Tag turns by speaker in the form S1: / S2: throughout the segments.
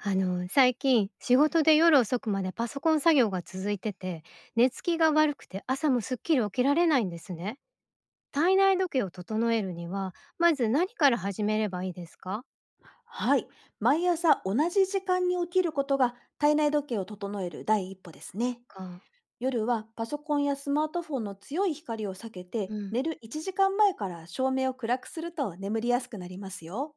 S1: 最近仕事で夜遅くまでパソコン作業が続いてて、寝つきが悪くて朝もすっきり起きられないんですね。体内時計を整えるには、まず何から始めればいいですか？
S2: はい。毎朝同じ時間に起きることが体内時計を整える第一歩です
S1: そっ
S2: ね。
S1: か。
S2: 夜はパソコンやスマートフォンの強い光を避けて、
S1: うん。
S2: 寝る1時間前から照明を暗くすると眠りやすくなりますよ。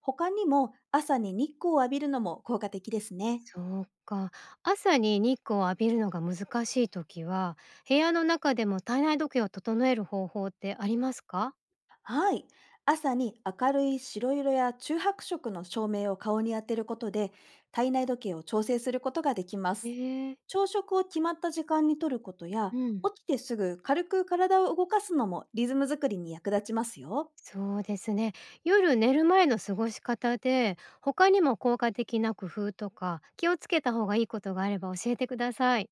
S2: 他にも、朝に日光を浴びるのも効果的ですね。
S1: そうか。朝に日光を浴びるのが難しい時は、部屋の中でも体内時計を整える方法ってありますか？
S2: はい。朝に明るい白色や中白色の照明を顔に当てることで、体内時計を調整することができま
S1: え
S2: す。
S1: えー。
S2: 朝食を決まった時間にとることや、
S1: うん。
S2: 起きてすぐ軽く体を動かすのもリズム作りに役立ちますよ。
S1: そうですね。夜寝る前の過ごし方で、他にも効果的な工夫とか、気をつけた方がいいことがあれば教えてください。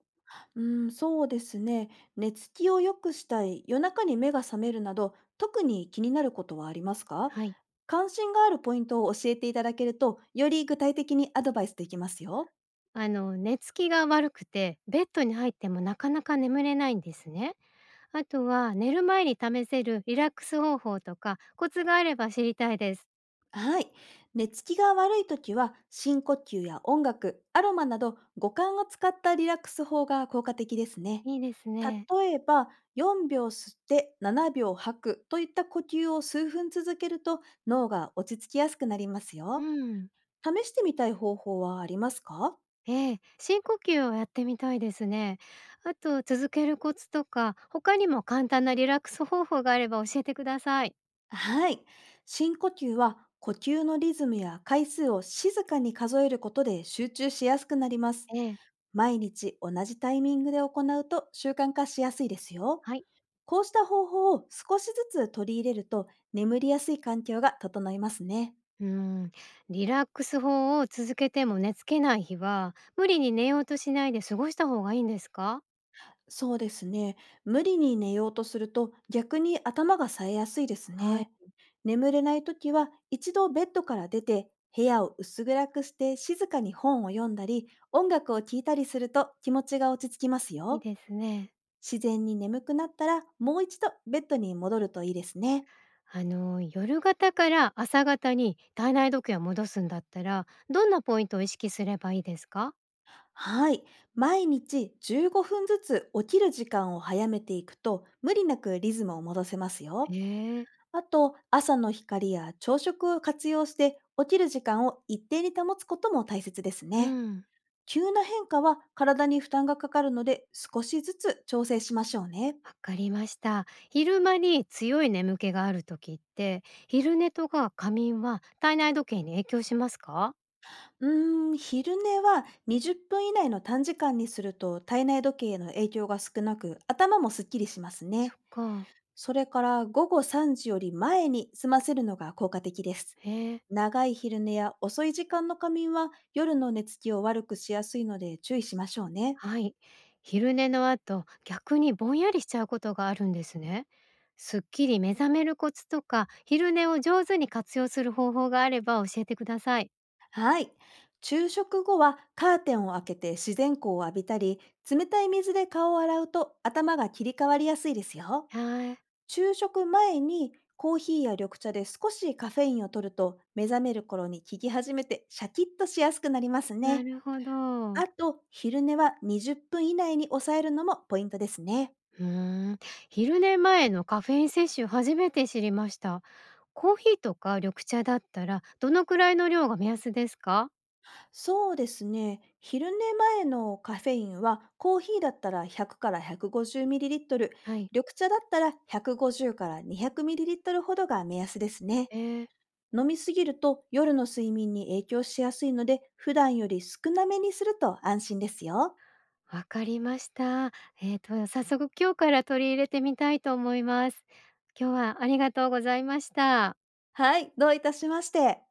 S2: うん、そうですね。寝つきを良くしたい、夜中に目が覚めるなど、特に気になることはありますか？
S1: はい。
S2: 関心があるポイントを教えていただけると、より具体的にアドバイスできますよ。
S1: 寝つきが悪くて、ベッドに入ってもなかなか眠れないんですね。あとは、寝る前に試せるリラックス方法とか、コツがあれば知りたいです。
S2: はい。寝つきが悪いときは、深呼吸や音楽、アロマなど五感を使ったリラックス法が効果的ですね。
S1: いいですね。
S2: 例えば、4秒吸って7秒吐くといった呼吸を数分続けると、脳が落ち着きやすくなります
S1: う
S2: よ。
S1: ん。
S2: 試してみたい方法はありますか？
S1: ええ、深呼吸をやってみたいですね。あと、続けるコツとか、他にも簡単なリラックス方法があれば教えてください。
S2: はい。深呼吸は、呼吸のリズムや回数を静かに数えることで集中しやすくなります。
S1: ええ、
S2: 毎日同じタイミングで行うと習慣化しやすいですよ。
S1: はい。
S2: こうした方法を少しずつ取り入れると、眠りやすい環境が整いますね。
S1: うーん、リラックス法を続けても寝付けない日は、無理に寝ようとしないで過ごした方がいいんですか？
S2: そうですね。無理に寝ようとすると、逆に頭が冴えやすいです
S1: はい、
S2: ね。眠れない時は、一度ベッドから出て部屋を薄暗くして、静かに本を読んだり音楽を聴いたりすると気持ちが落ち着きます
S1: いい
S2: よ。
S1: ですね。
S2: 自然に眠くなったら、もう一度ベッドに戻るといいですね。
S1: 夜型から朝型に体内時計を戻すんだったら、どんなポイントを意識すればいいですか？
S2: はい。毎日15分ずつ起きる時間を早めていくと、無理なくリズムを戻せますよ。
S1: ええ、
S2: あと、朝の光や朝食を活用して、起きる時間を一定に保つことも大切です
S1: う
S2: ね。
S1: ん、
S2: 急な変化は体に負担がかかるので、少しずつ調整しましょうね。
S1: わかりました。昼間に強い眠気がある時って、昼寝とか仮眠は体内時計に影響しますか？
S2: うーん、昼寝は20分以内の短時間にすると体内時計への影響が少なく、頭もすっきりします
S1: そ
S2: ね。
S1: っか。
S2: それから、午後3時より前に済ませるのが効果的です。
S1: へえ。
S2: 長い昼寝や遅い時間の仮眠は夜の寝つきを悪くしやすいので、注意しましょうね。
S1: はい。昼寝の後、逆にぼんやりしちゃうことがあるんですね。すっきり目覚めるコツとか、昼寝を上手に活用する方法があれば教えてください。
S2: はい。昼食後はカーテンを開けて自然光を浴びたり、冷たい水で顔を洗うと頭が切り替わりやすいですよ。
S1: はい、
S2: 昼食前にコーヒーや緑茶で少しカフェインを取ると、目覚める頃に効き始めてシャキッとしやすくなります
S1: な
S2: ね。
S1: るほど。
S2: あと、昼寝は20分以内に抑えるのもポイントですね。
S1: うーん、昼寝前のカフェイン摂取初めて知りました。コーヒーとか緑茶だったら、どのくらいの量が目安ですか？
S2: そうですね。昼寝前のカフェインは、コーヒーだったら100から150ミリリットル、
S1: はい。
S2: 緑茶だったら150から200ミリリットルほどが目安ですね。
S1: えー、
S2: 飲みすぎると夜の睡眠に影響しやすいので、普段より少なめにすると安心ですよ。
S1: わかりました。早速今日から取り入れてみたいと思います。今日はありがとうございました。
S2: はい、どういたしまして。